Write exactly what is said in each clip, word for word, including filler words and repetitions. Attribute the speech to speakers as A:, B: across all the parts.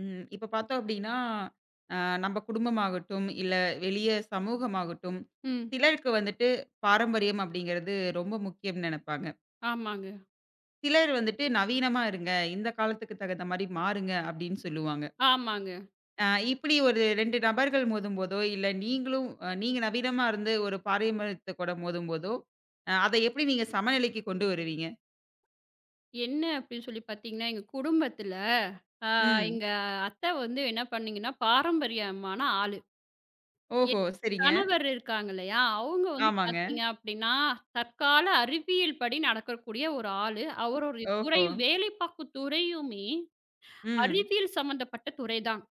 A: ம். இப்ப பார்த்தோம் அப்டின்னா, அ நம்ப குடும்பமாகட்டும், இல்ல வெளிய சமூகமாகட்டும்,
B: ம்.
A: சிலருக்கு வந்துட்டு பாரம்பரியம் அப்டிங்கிறது ரொம்ப முக்கியம்னு நெனைப்பாங்க.
B: ஆமாங்க,
A: சிலர் வந்துட்டு நவீனமா இருங்க, இந்த காலத்துக்கு தகுந்த மாரி மாறுங்க அப்டின்னு சொல்லுவாங்க.
B: ஆமாங்க.
A: அ இப்டி ஒரு ரெண்டு நபர்கள் மோதும்போதோ, இல்ல நீங்களும் அ நீங்க நவீனமா இருந்து ஒரு பாரம்பரியத்து கூட மோதும்போதோ, அ அத எப்டி நீங்க சமநிலைக்கு கொண்டு வருவீங்க?
B: என்ன அப்படின்னு சொல்லி பார்த்தீங்கன்னா, எங்க குடும்பத்தில அ
A: ம்.
B: எங்க அத்தை வந்து என்ன பண்ணீங்கன்னா, பாரம்பரியமான ஆளு.
A: ஓஹோ!
B: என்
A: சரிங்க.
B: கணவர் இருக்காங்க இல்லையா, அவங்க வந்து
A: ஆமாங்க.
B: பார்த்தீங்க அப்படின்னா, தற்கால அறிவியல் படி நடக்கக்கூடிய ஒரு ஆளு. அவருடைய துறை
A: ஓஹோ!
B: வேலை பார்க்கும் துறையுமே
A: ம்.
B: அறிவியல் சம்மந்தப்பட்ட துறை தான்.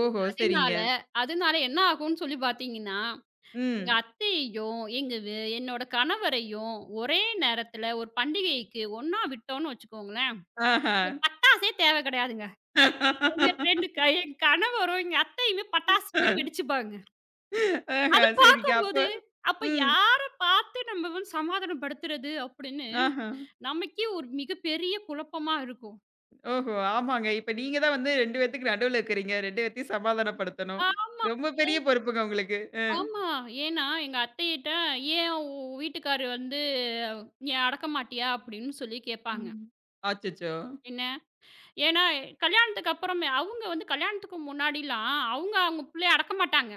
A: ஓஹோ! சரிங்க.
B: அதனால அதனால என்ன ஆகும்னு சொல்லி பார்த்தீங்கன்னா எங்க
A: ம்.
B: அத்தையையும், எங்க வே என்னோட கணவரையும் ஒரே நேரத்துல ஒரு பண்டிகைக்கு ஒண்ணா விட்டோம்னு வச்சுக்கோங்களேன்,
A: ஆஹா.
B: பட்டாசே தேவை கிடையாதுங்க. எங்க 2 க என் கணவரும், எங்க அத்தையுமே பட்டாசு மாரி வெடிச்சுப்பாங்க.
A: ஆஹா,
B: அது
A: சரிங்க. அப்ப
B: பார்க்கும்போது, அப்ப
A: ம்.
B: யார பார்த்து நம்ம வந்து சமாதானப்படுத்துறது அப்படின்னு
A: ஆஹா.
B: நமக்கே ஒரு மிகப்பெரிய குழப்பமா இருக்கும்.
A: ஓஹோ! ஆமாங்க. இப்ப நீங்க தான் வந்து ரெண்டு பேத்துக்கு நடுவுல இருக்கிறீங்க. ரெண்டு பேத்தையும் சமாதானப்படுத்தணும்.
B: ஆ
A: ரொம்ப பெரிய
B: ஏன்
A: பொறுப்புங்க உங்களுக்கு. அ.
B: ஆமா. ஏன்னா எங்க அத்தைகிட்ட, "ஏன் உன் வீட்டுக்காரரு வந்து நீ அடக்க மாட்டியா?" அப்படின்னு சொல்லி கேட்பாங்க.
A: ம். அச்சச்சோ!
B: என்ன ஏன்னா, கல்யாணத்துக்கு அப்புறமே அவங்க வந்து கல்யாணத்துக்கு முன்னாடிலாம், அவங்க அவங்க புள்ளைய அடக்க மாட்டாங்க.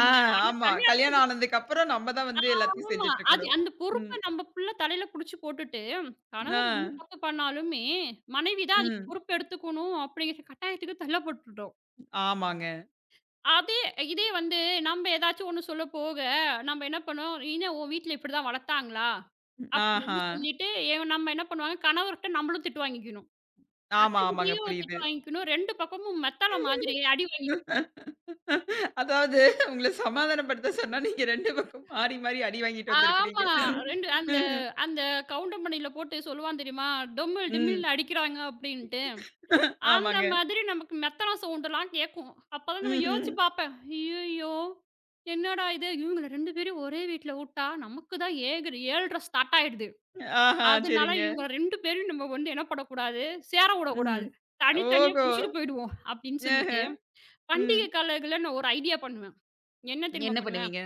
A: ஆ
B: ஆனா
A: ஆமா.
B: கல்யாணம்
A: கல்யாணம் ஆனதுக்கு அப்புறம் நம்ம தான் வந்து எல்லாத்தையும்
B: ஆமா.
A: செஞ்சுட்டு
B: அது
A: இருக்கணும்.
B: அந்த
A: ம்.
B: பொறுப்ப நம்ம புள்ள தலையில புடிச்சு போட்டுட்டு,
A: ஆ.
B: கணவர் என்ன தப்பு பண்ணாலுமே, மனைவி தான் அதுக்கு
A: ம்.
B: பொறுப்பு எடுத்துக்கணும் அப்படிங்கிற கட்டாயத்துக்கு தள்ளப்பட்டுட்டோம்.
A: ஆமாங்க.
B: அதே இதே வந்து நம்ம ஏதாச்சும் ஒண்ணு சொல்ல போக, நம்ம என்ன பண்ணுவோம், "என்ன உன் வீட்ல இப்படிதான் வளர்த்தாங்களா?"
A: ஆஹா.
B: அப்படின்னு சொல்லிட்டு, எ நம்ம என்ன பண்ணுவாங்க, கணவர்ட்ட நம்மளும் திட்டு வாங்கிக்கணும்.
A: ஆமா, ஆமாங்க.
B: அத்தைகிட்டயும்
A: புரியுது.
B: திட்டு வாங்கிக்கணும். ரெண்டு பக்கமும் மெத்தல மாதிரி அடி வாங்கிக்கணும்.
A: அதாவது உங்கள சமாதானப்படுத்த சொன்னா, நீங்க ரெண்டு பக்கம் மாறி, மாறி அடி வாங்கிட்டு வந்திருக்கிறீங்க.
B: ஆமா. 2 அந்த அந்த கவுண்டர் மணியில போட்டு சொல்லுவான் தெரியுமா? டொம்மில்
A: ம்.
B: டிம்மில்னு அடிக்கிறாங்க அப்டின்ட்டு. அந்த
A: ஆமாங்க.
B: மாதிரி நமக்கு மெத்தனம் சவுண்டெல்லாம் கேட்கும். அப்பதான் நம்ம
A: ம்ஹ்ம்.
B: யோசிச்சு பார்ப்பேன். ஐய்யய்யோ! என்னடா இது? இவங்கள ரெண்டு பேரையும் ஒரே வீட்ல வுட்டா, நமக்கு தான் ஏகர் ஏழரை ஸ்டார்ட் ஆயிடுது.
A: ஆஹா!
B: அதனால
A: சரிங்க.
B: இவங்கள ரெண்டு பேரையும் நம்ம வந்து என்ன பண்ணக்கூடாது? சேர
A: ம்.
B: வுடக்கூடாது. தனித்தனியா
A: ஓஹோ!
B: புடிச்சுட்டு போயிடுவோம் அப்டின்னு
A: ஆஹ.
B: சொல்லிட்டு,
A: ம்.
B: பண்டிகை காலங்கள்ல நான் ஒரு ஐடியா பண்ணுவேன். என்ன தெரியுமா
A: என்ன
B: பண்ணுவேன்?
A: பண்ணுவீங்க?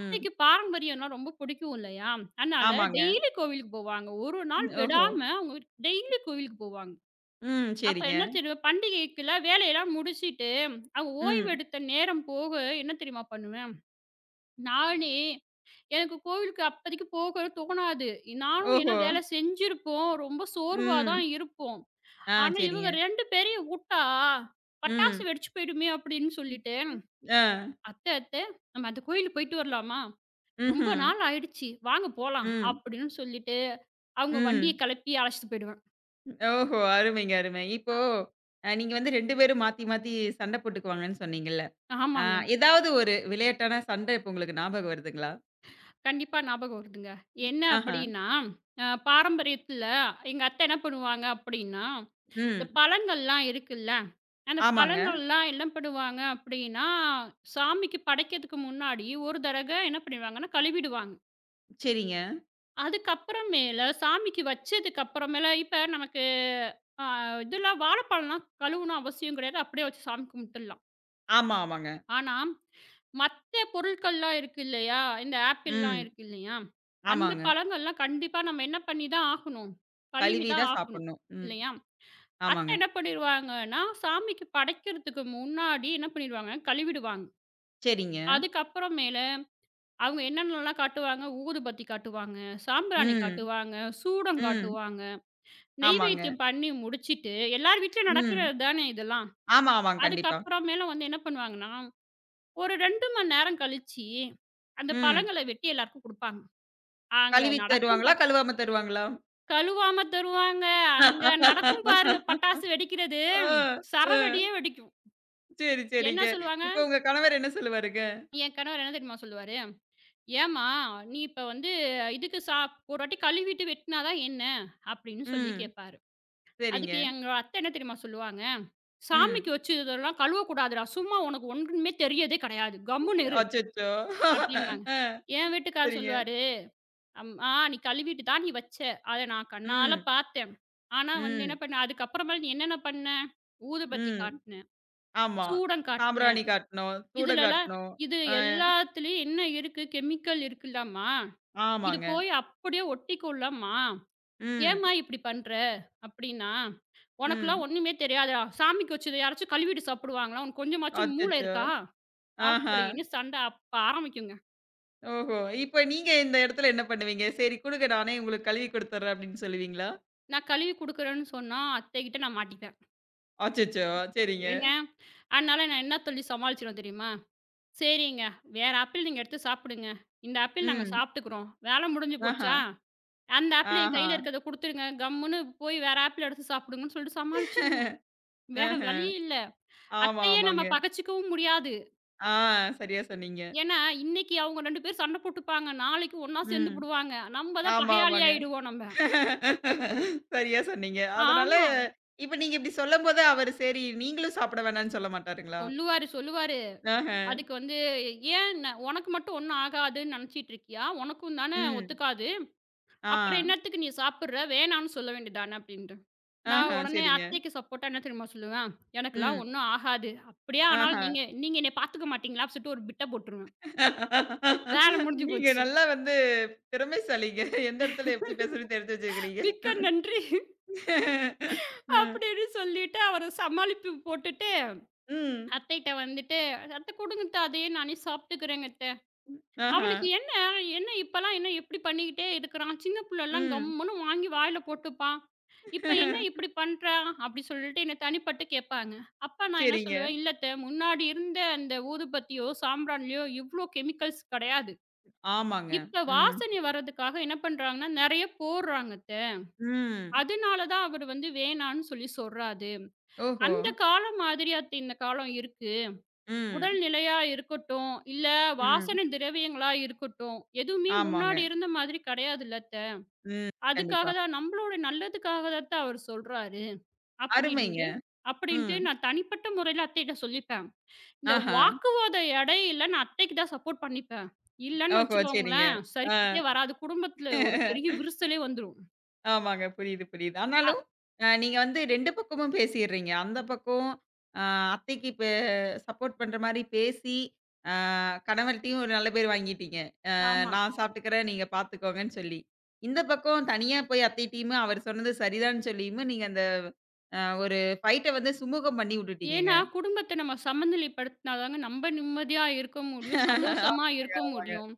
A: ம்.
B: பாரம்பரியம்னா ரொம்ப பிடிக்கும் இல்லையா? அதனால
A: ஆமாங்க.
B: டெய்லி கோவிலுக்கு போவாங்க. ஒரு நாள்
A: ஓஹோ!
B: விடாம அவங்க டெய்லி கோவிலுக்கு போவாங்க.
A: ம்.
B: அப்ப
A: சரிங்க.
B: என்ன தெரியும் பண்டிகைக்குள்ள வேலையெல்லாம் முடிச்சுட்டு, அவங்க ஓய்வு
A: ம்.
B: எடுத்த நேரம் போக என்ன தெரியுமா பண்ணுவேன்? நானே எனக்கு கோவிலுக்கு அப்போதைக்கு போக தோணாது. நானும் ஏன்னா
A: ஓஹோ!
B: வேலை செஞ்சிருப்போம். ரொம்ப சோர்வா
A: ம்.
B: தான் இருப்போம்.
A: ஆ
B: ஆனா இவங்க
A: சரிங்க.
B: ரெண்டு பேரையும் வுட்டா, பட்டாசு
A: ம்.
B: வெடிச்சு போயிடுமே அப்படின்னு சொல்லிட்டு,
A: ஆ.
B: "அத்தை அத்தை நம்ம அந்த கோயிலுக்கு போயிட்டு வரலாமா? ரொம்ப
A: ம்ஹ்ம்.
B: நாள் ஆயிடுச்சு. வாங்க போலாம்"
A: ம்.
B: அப்படின்னு சொல்லிட்டு, அவங்க வண்டிய
A: ம்.
B: கெளப்பி அழைச்சிட்டு போயிடுவேன்.
A: ஓஹோ! அருமைங்க, அருமை. இப்போ அ நீங்க வந்து ரெண்டு பேரும் மாத்தி, மாத்தி சண்டை போட்டுக்குவாங்கன்னு சொன்னீங்கல்ல. ஆ
B: ஆமாங்க.
A: ஏதாவது ஒரு விளையாட்டான சண்டை இப்ப உங்களுக்கு ஞாபகம் வருதுங்களா?
B: கண்டிப்பா ஞாபகம் வருதுங்க. என்ன
A: ஆஹா.
B: அப்படின்னா, அ பாரம்பரியத்துல எங்க அத்தை என்ன பண்ணுவாங்க அப்படின்னா, இந்த
A: ம்.
B: பழங்கள்லாம் இருக்குல்ல, அந்த
A: ஆமாங்க.
B: பழங்கள்லாம் என்ன பண்ணுவாங்க அப்படின்னா, சாமிக்கு படைக்கிறதுக்கு முன்னாடி ஒரு தடக என்ன பண்ணிடுவாங்கன்னா, கழுவிடுவாங்க.
A: சரிங்க.
B: அதுக்கப்புறமேல சாமிக்கு வச்சதுக்கு அப்புறமேல இப்ப நமக்கு அ இதெல்லாம் வாழைப்பழம்லாம் கழுவணும் அவசியம் கிடையாது. அப்படியே வச்சு சாமி கும்பிட்டுடலாம்.
A: ஆமா, ஆமாங்க.
B: ஆனா, மத்த பொருட்கள்லாம் இருக்கு இல்லையா? இந்த ஆப்பிள்லாம்
A: ம்.
B: இருக்கு இல்லையா? அந்த
A: ஆமாங்க.
B: பழங்கள்லாம் கண்டிப்பா நம்ம என்ன பண்ணி தான் ஆகணும், கழுவி
A: கழுவி
B: தான்
A: தான்
B: ஆகணும்.
A: சாப்பிடணும். ம்.
B: இல்லையா? அத்தை
A: ஆமாங்க.
B: என்ன பண்ணிருவாங்கன்னா, சாமிக்கு படைக்கிறதுக்கு முன்னாடி என்ன பண்ணிருவாங்க, கழுவிடுவாங்க.
A: சரிங்க.
B: அதுக்கப்புறமேல அவங்க என்னென்னலாம் காட்டுவாங்க, ஊதுபத்தி காட்டுவாங்க, சாம்பிராணி
A: ம்.
B: காட்டுவாங்க, சூடம்
A: ம்.
B: காட்டுவாங்க,
A: ஆமாங்க.
B: நெய்வேத்தியம் பண்ணி முடிச்சுட்டு எல்லார் வீட்லயும்
A: ம்.
B: நடக்கிறது தானே இதெல்லாம்.
A: ஆமா, ஆமாங்க. கண்டிப்பா.
B: அதுக்கப்புறமேல வந்து என்ன பண்ணுவாங்கன்னா ஒரு ரெண்டு மணி நேரம் கழிச்சு, அந்த
A: ம்.
B: பழங்கள வெட்டி எல்லாருக்கும் குடுப்பாங்க. அங்க
A: கழுவி
B: நடக்கும்
A: தருவாங்களா?
B: பா
A: கழுவாம தருவாங்களா?
B: கழுவாம தருவாங்க. அங்க நடக்கும் பாருங்க பட்டாசு வெடிக்கிறது.
A: ஆ, ஆ.
B: சரவெடியே வெடிக்கும்.
A: சரி,
B: என்ன
A: சரிங்க.
B: சொல்லுவாங்க?
A: இப்ப உங்க கணவர் என்ன சொல்லுவாருங்க?
B: என் கணவர் என்ன தெரியுமா சொல்லுவாரு? "ஏம்மா நீ இப்ப வந்து இதுக்கு சா ஒரு வாட்டி கழுவிட்டு வெட்டினா தான் என்ன?" அப்படின்னு சொல்லி
A: ம்.
B: கேட்பாரு. அதுக்கு
A: சரிங்க.
B: எங்க அத்தை என்ன தெரியுமா சொல்லுவாங்க?
A: ம்.
B: "சாமிக்கு வச்சதெல்லாம் கழுவக்கூடாதுடா. சும்மா உனக்கு ஒண்ணுமே தெரியறதே கிடையாது. கம்முனு இரு"
A: அச்சச்சோ!
B: அப்படிம்பாங்க.
A: ஆ,
B: என் வீட்டுக்காரர்
A: சரிங்க.
B: சொல்லுவாரு, அம் ஆ நீ கழுவிட்டு தான் நீ வச்ச. அத நான் கண்ணால
A: ம்.
B: பார்த்தேன். ஆனா வந்து என்ன
A: ம்.
B: பண்ண, அதுக்கப்புறமேல் நீ என்னென்ன பண்ண? ஊதுபத்தி
A: ம்.
B: காட்டுன,
A: ஆமா.
B: சூடம் காட்டுன.
A: சாம்பிராணி காட்டணும். சூடம்
B: இதுலலாம்
A: காட்டணும்.
B: இது
A: ஆ,
B: எல்லாத்துலயும் என்ன இருக்கு? கெமிக்கல் இருக்குல்லம்மா. இது
A: ஆமாங்க.
B: போய் அப்படியே ஒட்டிக்கும்லம்மா.
A: ம்.
B: ஏம்மா இப்படி பண்ற?" அப்படின்னா, "உனக்கெல்லாம்
A: ம்.
B: ஒண்ணுமே தெரியாதுடா. சாமிக்கு வச்சத யாராச்சும் கழுவிட்டு சாப்பிடுவாங்களா? உனக்கு கொஞ்சமாச்சும் மூளை
A: அச்சச்சோ!
B: இருக்கா?"
A: ஆஹா.
B: அப்படின்னு சண்டை அப்ப ஆரம்பிக்குங்க.
A: ஓஹோ! இப்ப நீங்க இந்த இடத்துல என்ன பண்ணுவீங்க? "சரி குடுங்க நானே உங்களுக்கு கழுவி குடுத்துர்றேன்" அப்படின்னு சொல்லுவீங்களா?
B: நான் கழுவி குடுக்குறேன்னு சொன்னா, அத்தைகிட்ட நான் மாட்டிப்பேன்.
A: அச்சச்சோ! சரிங்க.
B: ஏங்க, அதனால நான் என்ன சொல்லி சமாளிச்சிருவேன் தெரியுமா? "சரிங்க, வேற ஆப்பிள் நீங்க எடுத்து சாப்பிடுங்க. இந்த ஆப்பிள் நாங்க
A: ம்.
B: சாப்பிட்டுக்குறோம். வேலை முடிஞ்சு
A: ஆஹா.
B: போச்சா? அந்த ஆப்பிள் என்
A: ஆஹா.
B: கையில இருக்கிறத குடுத்துருங்க. கம்முன்னு போய் வேற ஆப்பிள் எடுத்து சாப்பிடுங்கன்னு" சொல்லிட்டு சமாளிச்சிருவேன். வேற
A: ஆஹ.
B: வழி இல்ல.
A: ஆமா,
B: அத்தைய நம்ம
A: ஆமாங்க.
B: பகச்சுக்கவும் முடியாது.
A: ஆ சரியா சொன்னீங்க.
B: ஏன்னா, இன்னைக்கு அவங்க ரெண்டு பேரும் சண்டை போட்டுப்பாங்க. நாளைக்கு ஒண்ணா
A: ம்.
B: சேர்ந்துபுடுவாங்க. நம்ம தான்
A: ஆமா,
B: பகையாளி
A: ஆமாங்க.
B: ஆயிடுவோம் நம்ம.
A: சரியா சொன்னீங்க. அதனால
B: ஆமா.
A: இப்ப நீங்க இப்படி சொல்லும்போது அவரு சரி நீங்களும் சாப்பிட வேணாம்ன்னு சொல்ல மாட்டாருங்களா?
B: சொல்லுவாரு, சொல்லுவாரு.
A: ஆஹ.
B: அதுக்கு வந்து "ஏன் ந உனக்கு மட்டும் ஒண்ணும் ஆகாதுன்னு நினைச்சிட்டு இருக்கியா? உனக்கும் தானே
A: ம்.
B: ஒத்துக்காது.
A: ஆ.
B: அப்புறம் என்னத்துக்கு நீ சாப்பிடுற? வேணான்னு சொல்ல வேண்டியதுதானே" அப்டின்ட்டு. நான்
A: ஆஹ.
B: உடனே
A: சரிங்க.
B: அத்தைக்கு சப்போர்ட்டா என்ன தெரியுமா சொல்லுவேன்? "எனக்கெல்லாம்
A: ம்.
B: ஒண்ணும் ஆகாது. அப்படியே
A: ஆஹ.
B: ஆனாலும் நீங்க நீங்க என்னைய பாத்துக்க மாட்டீங்களா?" அப்டி சொல்லிட்டு ஒரு பிட்ட போட்டுருவேன். வேல முடிஞ்சு
A: நீங்க
B: போச்சு.
A: நல்லா வந்து திறமைசாலிங்க. எந்த இடத்துல எப்படி பேசணும்னு தெரிஞ்சு வச்சிருக்கிறீங்க.
B: "மிக்க நன்றி"
A: ம்.
B: அப்படின்னு சொல்லிட்டு அவர சமாளிப்பு போட்டுட்டு,
A: ம்.
B: அத்தைட்ட வந்துட்டு, "அத்த குடுங்கத்த அதையே நானே சாப்பிட்டுக்கிறேங்க அத்த."
A: ஆஹா.
B: "அவனுக்கு என்ன, என்ன இப்பலாம் என்ன இப்டி பண்ணிக்கிட்டே இருக்கிறான்? சின்ன புள்ளலாம்
A: ம்.
B: கம்முன்னு வாங்கி வாயில போட்டுப்பான். இப்ப என்ன இப்டி பண்றான்?" அப்டி சொல்லிட்டு என்ன தனிப்பட்டு கேட்பாங்க. அப்ப நான் என்ன
A: சரிங்க.
B: சொல்லுவேன், "இல்ல அத்த, முன்னாடி இருந்த அந்த ஊதுபத்தியோ, சாம்பிராணிலயோ இவ்ளோ கெமிக்கல்ஸ் கெடையாது.
A: ஆமாங்க.
B: இப்ப
A: ம்.
B: வாசனை வர்றதுக்காக என்ன பண்றாங்கன்னா, நெறைய போடுறாங்க அத்த.
A: ம்.
B: அதனால தான் அவரு வந்து வேணான்னு சொல்லி சொல்றாரு.
A: ஓஹோ!
B: அந்த காலம் மாதிரி அத்த இந்த காலம் இருக்கு. உடல்
A: ம்.
B: நிலையா இருக்கட்டும், இல்ல
A: ம்.
B: வாசனை திரவியங்களா இருக்கட்டும், எதுவுமே
A: ஆமாங்க.
B: முன்னாடி இருந்த மாதிரி கிடையாதுல்ல அத்த.
A: ம்.
B: அதுக்காக
A: கண்டிப்பா.
B: தான் நம்மளோட நல்லதுக்காக தான் அத்த அவரு சொல்றாரு"
A: அருமைங்க.
B: அப்படின்ட்டு அப்படின்ட்டு
A: ம்.
B: நான் தனிப்பட்ட முறையில அத்தைட்ட சொல்லிப்பேன். இந்த
A: ஆஹா.
B: வாக்குவாத இடையில நான் அத்தைக்கு தான் சப்போர்ட் பண்ணிப்பேன். இல்லன்னு
A: ஓஹோ! சரிங்க.
B: வச்சுக்கோங்களேன்,
A: ஆ.
B: சரிப்பட்டே வராது. குடும்பத்துல ஒரு பெரிய விரிசலே வந்துரும்.
A: ஆமாங்க. புரியுது, புரியுது.
B: அ
A: ஆனாலும், அ நீங்க வந்து ரெண்டு பக்கமும் பேசிர்றீங்க. அந்த பக்கம் அ அத்தைக்கு இப்ப சப்போர்ட் பண்ற மாரி பேசி, அ கணவர்ட்டயும் ஒரு நல்ல பேர் வாங்கிட்டீங்க. அ
B: ஆமா.
A: நான் சாப்பிட்டுக்கிறேன், நீங்க பார்த்துக்கோங்கன்னு சொல்லி. இந்த பக்கம் தனியா போய் அத்தைட்டயுமே அவர் சொன்னது சரிதான்னு சொல்லியுமே, நீங்க அந்த அ ஒரு ஃபைட்ட வந்து சுமூகம் பண்ணி விட்டுட்டீங்கங்க.
B: ஏன்னா, குடும்பத்த நம்ம சமநிலைப்படுத்தினா தாங்க நம்ம நிம்மதியா இருக்க முடியும்.
A: ஆமாங்க,
B: சந்தோஷமா இருக்க
A: ஆமாங்க.
B: முடியும்.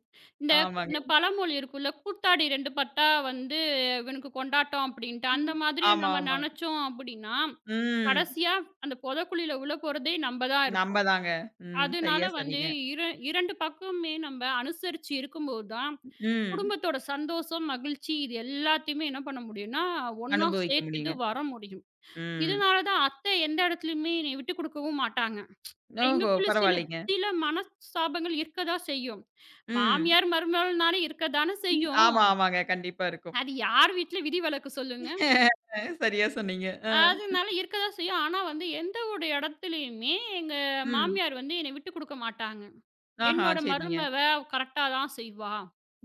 B: இந்த இந்த
A: ஆமாங்க.
B: பழமொழி இருக்குல்ல, "கூத்தாடி ரெண்டு பட்டா வந்து இவனுக்கு கொண்டாட்டம்" அப்படின்ட்டு. அந்த மாதிரி
A: ஆமா,
B: நம்ம
A: ஆமாங்க.
B: நெனைச்சோம் அப்படின்னா,
A: ம்.
B: கடைசியா அந்த பொதக்குழியில உள்ள போறதே நம்ம தான் இருப்போம்.
A: நம்பதாங்க. ம்.
B: அதனால
A: சரியா
B: வந்து
A: சொன்னீங்க.
B: இர இரண்டு பக்கமுமே நம்ம அனுசரிச்சு இருக்கும்போது தான்,
A: ம்.
B: குடும்பத்தோட சந்தோஷம், மகிழ்ச்சி இது எல்லாத்தையுமே என்ன பண்ண முடியும்னா, ஒண்ணா
A: அனுபவிக்க
B: சேர்த்துட்டு
A: முடியுங்க.
B: வர முடியும்.
A: ம்.
B: இதனால தான் அத்தை எந்த இடத்துலயுமே என்னைய விட்டுக் குடுக்கவும் மாட்டாங்க.
A: ஓஹோ!
B: எங்களுக்குள்ள சில
A: பரவாயில்லைங்க.
B: சில மனஸ்தாபங்கள் இருக்கதான் செய்யும்.
A: ம்.
B: மாமியார், மருமகள்னாலே இருக்கதானே செய்யும்.
A: ஆமா, ஆமாங்க. கண்டிப்பா இருக்கும்.
B: அது யார் வீட்ல விதிவிலக்கு சொல்லுங்க?
A: சரியா சொன்னீங்க. அ.
B: அதனால இருக்கதான் செய்யும். ஆனா வந்து எந்த ஒரு இடத்துலயுமே எங்க
A: ம்.
B: மாமியார் வந்து என்னை விட்டுக் குடுக்க மாட்டாங்க.
A: ஆஹா!
B: என்னோட
A: சரிங்க.
B: மருமவ கரெக்ட்டா தான் செய்வா.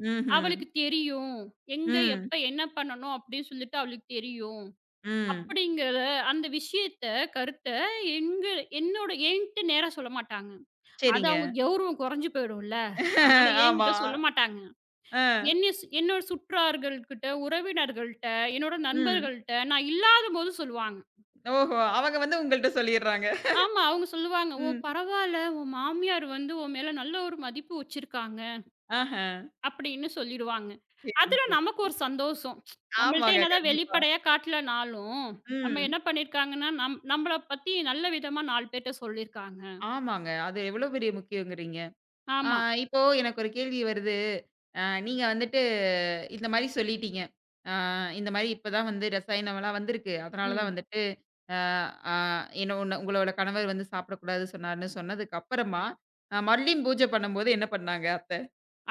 A: ம்ஹ்ம்.
B: அவளுக்கு தெரியும். எங்க,
A: ம்.
B: எப்ப, என்ன பண்ணணும் அப்படின்னு சொல்லிட்டு அவளுக்கு தெரியும்.
A: ம்.
B: அப்படிங்கிற அந்த விஷயத்த, கருத்த எங்க என்னோட என்ட்ட நேரா சொல்ல மாட்டாங்க. அது
A: சரிங்க.
B: அவங்க கௌரவம் குறைஞ்சு போயிடும்ல. அதனால
A: ஆமா.
B: என்கிட்ட சொல்ல மாட்டாங்க.
A: அ.
B: என்னைய சு என்னோட சுற்றார்கள்கிட்ட, உறவினர்கள்ட்ட, என்னோட
A: ம்.
B: நண்பர்கள்ட்ட நான் இல்லாதபோது சொல்லுவாங்க.
A: ஓஹோ! அவங்க வந்து உங்கள்ட்ட சொல்லிர்றாங்க.
B: ஆமா, அவங்க சொல்லுவாங்க. "ஓ!
A: ம்.
B: பரவால்ல. உன் மாமியார் வந்து உன் மேல நல்ல ஒரு மதிப்பு வச்சிருக்காங்க"
A: ஆஹா.
B: அப்படின்னு சொல்லிருவாங்க.
A: சரி,
B: அதுல
A: சரி.
B: நமக்கு ஒரு சந்தோஷம். நம்மள்ட்ட
A: ஆமாங்க.
B: என்னதான்
A: கண்டிப்பா.
B: வெளிப்படையா காட்டலனாலும், நம்ம
A: ம்.
B: என்ன பண்ணியிருக்காங்கன்னா, நம் நம்மள பத்தி நல்ல விதமா நாலு பேர்ட்ட சொல்லியிருக்காங்க.
A: ஆமாங்க. அது எவ்வளோ பெரிய முக்கியங்கிறீங்க. ஆ
B: ஆமா.
A: இப்போ எனக்கு ஒரு கேள்வி வருது. அ நீங்க வந்துட்டு இந்த மாரி சொல்லிட்டீங்க. அ இந்த மாரி இப்ப தான் வந்து ரசாயனம்லாம் வந்திருக்கு. அதனால தான்
B: ம்.
A: வந்துட்டு அ அ என்ன ஒண்ணு உங்களோட கணவர் வந்து சாப்பிடக்கூடாது சொன்னாருன்னு சொன்னதுக்கு அப்புறமா, அ மறுபடியும் பூஜை பண்ணும்போது என்ன பண்ணாங்க அத்தை?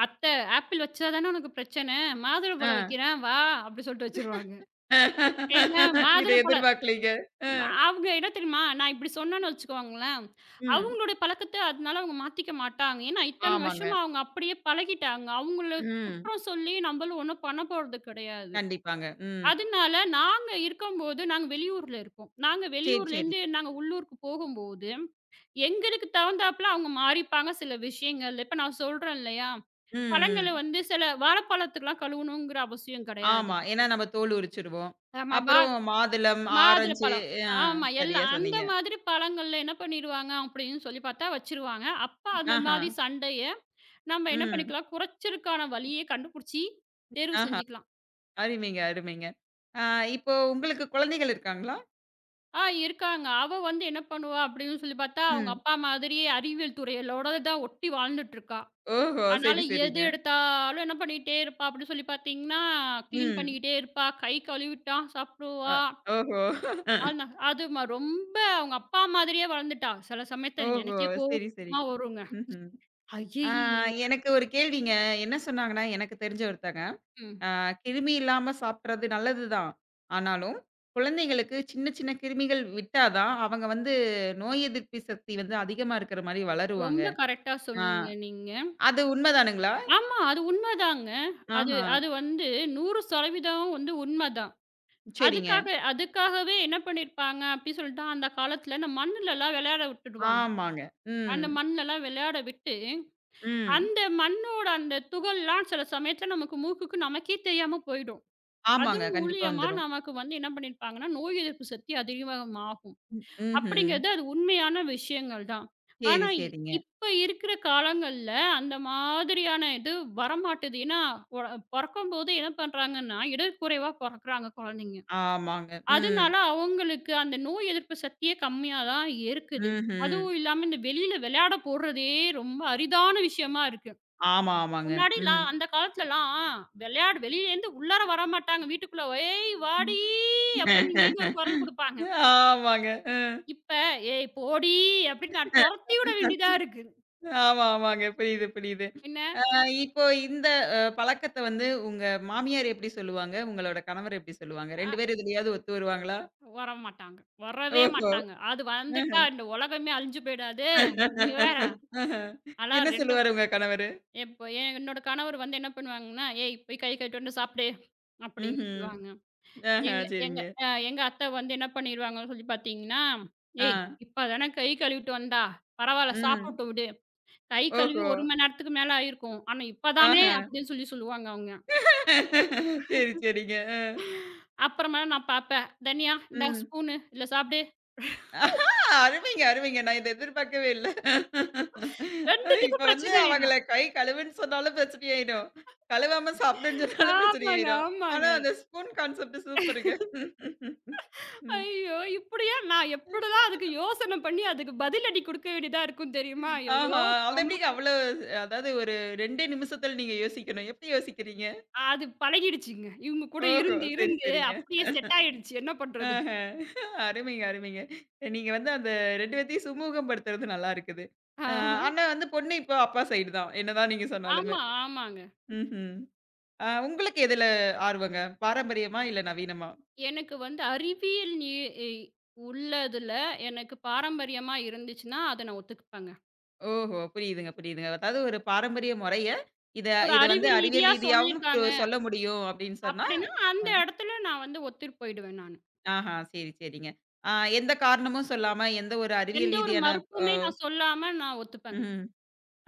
B: "அத்தை ஆப்பிள் வச்சா தானே உனக்கு பிரச்சனை.
A: அ
B: மாதுளப்பழம் வைக்கிறேன் வா!" அப்படி சொல்லிட்டு வச்சுருவாங்க.
A: இத
B: என்ன மாதுளப்பழம்.
A: எதிர்பார்க்கலீங்க. அ.
B: அவங்க என்ன தெரியுமா? நான் இப்படி சொன்னேன்னு வச்சுக்கோங்களேன்,
A: ம்.
B: அவங்களுடைய பழக்கத்த அதனால அவங்க மாத்திக்க மாட்டாங்க. ஏன்னா இத்தன வருஷமா
A: ஆமாங்க.
B: அவங்க அப்படியே பழகிட்டாங்க. அவங்கள
A: ம்.
B: குற்றம் சொல்லி நம்மளும் ஒண்ணும் பண்ண போறது கிடையாது.
A: கண்டிப்பாங்க. ம்.
B: அதனால நாங்க இருக்கும்போது நாங்க வெளியூர்ல இருக்கோம். நாங்க
A: சரி, சரி.
B: வெளியூர்லேருந்து நாங்க உள்ளூருக்கு போகும்போது, எங்களுக்கு தகுந்தாப்புல அவங்க மாறிப்பாங்க சில விஷயங்கள்ல. இப்ப நான் சொல்றேன் இல்லையா?
A: ம்,
B: பழங்கள
A: ம்.
B: வந்து சில வாழைப்பழத்துக்குலாம் கழுவணுங்கிற அவசியம் கிடையாது.
A: ஆமா. ஏன்னா நம்ம தோல் உரிச்சுருவோம்.
B: ஆமா. வா
A: அப்புறம் மாதுளம், ஆரஞ்சு
B: மாதுளப்பழம்.
A: அ
B: ஆமா.
A: சரியா
B: எல்லாம் அந்த
A: சொன்னீங்க.
B: மாதிரி பழங்கள்ல என்ன பண்ணிருவாங்க அப்படின்னு சொல்லி பார்த்தா வச்சுருவாங்க. அப்ப அந்த
A: ஆஹா.
B: மாதிரி சண்டைய நம்ம என்ன
A: ம்.
B: பண்ணிக்கலாம், குறைச்சலுக்கான வழிய கண்டுபுடிச்சு தேர்வு
A: ஆஹா.
B: செஞ்சுக்கலாம்.
A: அருமைங்க, அருமைங்க. ஆ இப்போ உங்களுக்கு குழந்தைகள் இருக்காங்களா?
B: ஆ இருக்காங்க. அவ வந்து என்ன பண்ணுவா அப்படின்னு சொல்லி பார்த்தா, அவங்க
A: ம்.
B: அப்பா மாதிரியே அறிவியல் துறையிலோட தான் ஒட்டி வாழ்ந்துட்டுருக்கா.
A: ஓஹோ!
B: அதனால
A: சரி,
B: எது
A: சரிங்க.
B: எடுத்தாலும் என்ன பண்ணிட்டே இருப்பா அப்படின்னு சொல்லி பார்த்தீங்கன்னா, கிளீன்
A: ம்.
B: பண்ணிக்கிட்டே இருப்பா. கை கழுவிட்டா
A: அ
B: சாப்பிடுவா.
A: ஓஹோ!
B: ஆனா அதுமா ரொம்ப அவங்க அப்பா மாதிரியே வளர்ந்துட்டா. சில சமயத்துல
A: ஓஹோ!
B: எனக்கே
A: சரி,
B: கோவமா
A: சரிங்க.
B: வருங்க.
A: ம்ஹ்ம். ஆ
B: ஐய்யய்யோ!
A: எனக்கு ஒரு கேள்விங்க. என்ன சொன்னாங்கன்னா, எனக்கு தெரிஞ்ச ஒருத்தங்க
B: ம்.
A: கிருமி இல்லாம சாப்பிடுறது நல்லதுதான். ஆனாலும், குழந்தைங்களுக்கு சின்ன சின்ன கிருமிகள் விட்டா தான், அவங்க வந்து நோய் எதிர்ப்பு சக்தி வந்து அதிகமா இருக்கிற மாரி வளருவாங்க.
B: ரொம்ப கரெக்ட்டா
A: ஆ
B: சொன்னீங்க நீங்க.
A: அது உண்மதானுங்களா?
B: ஆமா, அது உண்மதாங்க. அது
A: ஆஹா.
B: அது வந்து நூறு சதவீதம் வந்து உண்மதான்.
A: சரிங்க.
B: அதுக்காக அதுக்காகவே என்ன பண்ணியிருப்பாங்க அப்டி சொல்லிட்டா, அந்த காலத்துல அந்த மண்ணுலலாம் விளையாட விட்டுடுவாங்க.
A: ஆமாங்க. ம்.
B: அந்த மண்லலாம் விளையாட விட்டு,
A: ம்.
B: அந்த மண்ணோட அந்த துகள்லாம் சில சமயத்துல நமக்கு மூக்குக்கு நமக்கே தெரியாம போயிடும். அது
A: ஆமாங்க. கண்டிப்பா
B: மூலியமா
A: வந்துரும்.
B: நமக்கு வந்து என்ன பண்ணியிருப்பாங்கன்னா, நோய் எதிர்ப்பு சக்தி அதிகமாகும்.
A: ம். ம்ஹ்ம்.
B: அப்படிங்கிறது அது உண்மையான விஷயங்கள் தான்.
A: சரி,
B: ஆனா, இ-
A: சரிங்க.
B: இப்ப இருக்கிற காலங்கள்ல அந்த மாதிரியான இது வரமாட்டுது. ஏன்னா, பொ பொறக்கும்போது என்ன பண்றாங்கன்னா, இடர்குறைவா பொறக்குறாங்க குழந்தைங்க.
A: ஆமாங்க. ம்.
B: அதனால அவங்களுக்கு அந்த நோய் எதிர்ப்பு சக்தியே கம்மியா தான் இருக்குது.
A: ம்ஹ்ம்.
B: அதுவும் இல்லாம இந்த வெளியில விளையாட போடுறதே ரொம்ப அரிதான விஷயமா இருக்கு.
A: ஆமா, ஆமாங்க. ம்.
B: முன்னாடிலாம் அந்த காலத்துலலாம் விளையாட வெளியிலேருந்து உள்ளார வரமாட்டாங்க. வீட்டுக்குள்ள "ஏய் வாடி" அப்படின்னு இங்கேருந்து ஒரு குரல் குடுப்பாங்க.
A: ஆமாங்க. அ.
B: இப்ப "ஏய் போடி!" அப்படின்னு நான் தொரத்தி விட வேண்டியதா இருக்கு.
A: ஆமா, ஆமாங்க. புரியுது, புரியுது.
B: என்ன?
A: அஹ் இப்போ இந்த அ பழக்கத்த வந்து உங்க மாமியார் எப்படி சொல்லுவாங்க? உங்களோட கணவர் எப்படி சொல்லுவாங்க? ரெண்டு
B: அ
A: பேரும் எதுலயாவது ஒத்து வருவாங்களா?
B: வரமாட்டாங்க. வரவே
A: ஓஹோ!
B: மாட்டாங்க. அது
A: ஆஹ.
B: வந்துட்டா இந்த உலகமே அழிஞ்சு போயிடாது. நீங்க வேற. ஆனா
A: என்ன
B: 2
A: சொல்லுவாரு உங்க கணவரு?
B: இப்ப என் என்னோட கணவர் வந்து என்ன பண்ணுவாங்கன்னா, "ஏய் போய் கை கழுவிட்டு வந்து சாப்பிடு" அப்படின்னு
A: ம்ஹ்ம்.
B: சொல்லுவாங்க.
A: ஆஹ,
B: எங்க எங்க
A: சரிங்க.
B: அ எங்க அத்தை வந்து என்ன பண்ணிருவாங்கன்னு சொல்லி பார்த்தீங்கன்னா,
A: ஆ.
B: "ஏய் இப்ப தானே கை கழுவிட்டு வந்தா. பரவால்ல
A: ம்.
B: சாப்பிட்டு விடு. கை கழுவி
A: ஓஹோ!
B: ஒரு மணி நேரத்துக்கு மேல ஆயிருக்கும். ஆனா இப்ப தானே"
A: ஆஹ.
B: அப்படின்னு சொல்லி சொல்லுவாங்க அவங்க.
A: சரி, சரிங்க. அ.
B: அப்புறமா நான் பார்ப்பேன். "தன்யா இந்தா
A: ம்.
B: ஸ்பூனு, இதில சாப்பிடு."
A: ஆஹா! அருமைங்க, அருமைங்க. நான் இத எதிர்பார்க்கவே இல்ல. இப்ப
B: 2த்துக்கும்
A: வந்து
B: பிரச்சனை
A: அவங்கள
B: வேணும்.
A: கை கழுவுன்னு சொன்னாலும் பிரச்சனையாயிடும். கழுவாம சாப்பிடுன்னு சொன்னாலும்
B: ஆமாங்க,
A: பிரச்சனையாயிரும். ஆனா,
B: ஆமாங்க.
A: அந்த ஸ்பூன் கான்செப்ட் சூப்பருங்க. ம்.
B: ஐயோ! இப்படியா நான் எப்படிதான் அதுக்கு யோசனை பண்ணி அதுக்கு பதிலடி குடுக்க வேண்டியதா இருக்கும் தெரியுமா?
A: ஆஹா!
B: ஐயயோ!
A: அது
B: செம
A: எப்படிங்க அவ்வளோ அதாவது ஒரு ரெண்டு நிமிஷத்துல நீங்க யோசிக்கணும். எப்படி யோசிக்கிறீங்க?
B: அது பழகிடுச்சுங்க. இவங்க கூட
A: ஓஹோ!
B: இருந்து,
A: சரி,
B: இருந்து
A: சரிங்க.
B: அப்படியே செட் ஆயிடுச்சு. என்ன பண்றது?
A: ஆஹ. அருமைங்க, அருமைங்க. நீங்க வந்து அந்த ரெண்டு பேத்தையும் சுமூகப்படுத்துறது நல்லா இருக்குது. அ
B: ஆஹ.
A: ஆனா வந்து பொண்ணு இப்போ அப்பா சைடு தான். என்னதான் நீங்க சொன்னாலுமே.
B: ஆமா, ஆமாங்க.
A: ம்ஹ்ம். ஆ உங்களுக்கு எதுல ஆர்வங்க? பாரம்பரியமா? இல்ல நவீனமா?
B: எனக்கு வந்து அறிவியல் நீ இ உள்ளதுல எனக்கு பாரம்பரியமா இருந்துச்சுன்னா, அத நான் ஒத்துக்குப்பேங்க.
A: ஓஹோ! புரியுதுங்க, புரியுதுங்க. அதாவது ஒரு பாரம்பரிய முறைய, இத
B: ஒரு
A: இத வந்து
B: அறிவியல்
A: அறிவியல்
B: ரீதியா
A: ரீதியாவும் ப்ரு
B: சொல்லியிருக்காங்க.
A: சொல்ல முடியும் அப்படின்னு சொன்னா,
B: அப்படின்னா, அந்த
A: அ
B: இடத்துல நான் வந்து ஒத்துட்டு போயிடுவேன் நானு.
A: ஆஹா, சரி, சரிங்க. ஆ எந்த காரணமும் சொல்லாம, எந்த ஒரு அறிவியல்
B: எந்த ஒரு
A: ரீதியான அ
B: மறுப்புமே நான் சொல்லாம நான் ஒத்துப்பேங்க.
A: ம்.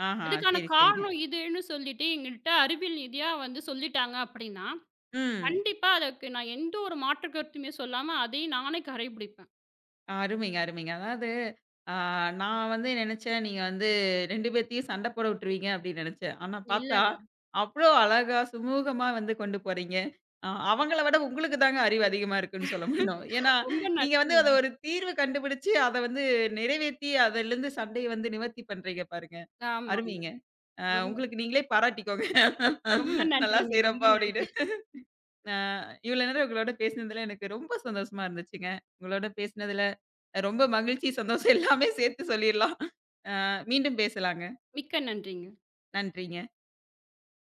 A: ஆஹா,
B: அதுக்கான
A: சரி, சரிங்க.
B: காரணம் இதுன்னு சொல்லிட்டு எங்கள்ட்ட அறிவியல் ரீதியா வந்து சொல்லிட்டாங்க அப்படின்னா,
A: ம்.
B: கண்டிப்பா அதுக்கு நான் எந்த ஒரு மாற்று கருத்துமே சொல்லாம அதையும் நானே கடைபிடிப்பேன்.
A: அருமைங்க, அருமைங்க. அதாவது ஆ நான் வந்து நெனச்சேன், நீங்க வந்து ரெண்டு பேத்தையும் சண்ட போட விட்டுருவீங்க அப்டின்னு நெனச்சேன். ஆனா பார்த்தா,
B: இல்லங்க.
A: அவ்ளோ அழகா சுமூகமா வந்து கொண்டு போறீங்க. அ அவங்கள விட உங்களுக்கு தாங்க அறிவு அதிகமா இருக்குன்னு சொல்ல முடியும். ஏன்னா,
B: ரொம்ப
A: நீங்க வந்து அத
B: நன்றிங்க.
A: ஒரு தீர்வு கண்டுபிடிச்சு, அத வந்து நிறைவேத்தி, அதுலருந்து சண்டைய வந்து நிவர்த்தி பண்றீங்க பாருங்க.
B: ஆமாங்க.
A: அருமைங்க. அ
B: ரொம்ப
A: உங்களுக்கு நீங்களே பாராட்டிக்கோங்க.
B: ரொம்ப
A: நல்லா
B: நன்றிங்க. ரொம்ப
A: செய்றப்பா அப்படின்னு.
B: நன்றி.
A: அ இவ்வளோ நேரம் உங்களோட பேசினதுல எனக்கு ரொம்ப சந்தோஷமா இருந்துச்சுங்க. உங்களோட பேசினதுல ரொம்ப மகிழ்ச்சி, சந்தோஷம் எல்லாமே சேர்த்து சொல்லிர்லாம். அ மீண்டும் பேசலாங்க.
B: மிக்க நன்றிங்க.
A: நன்றிங்க.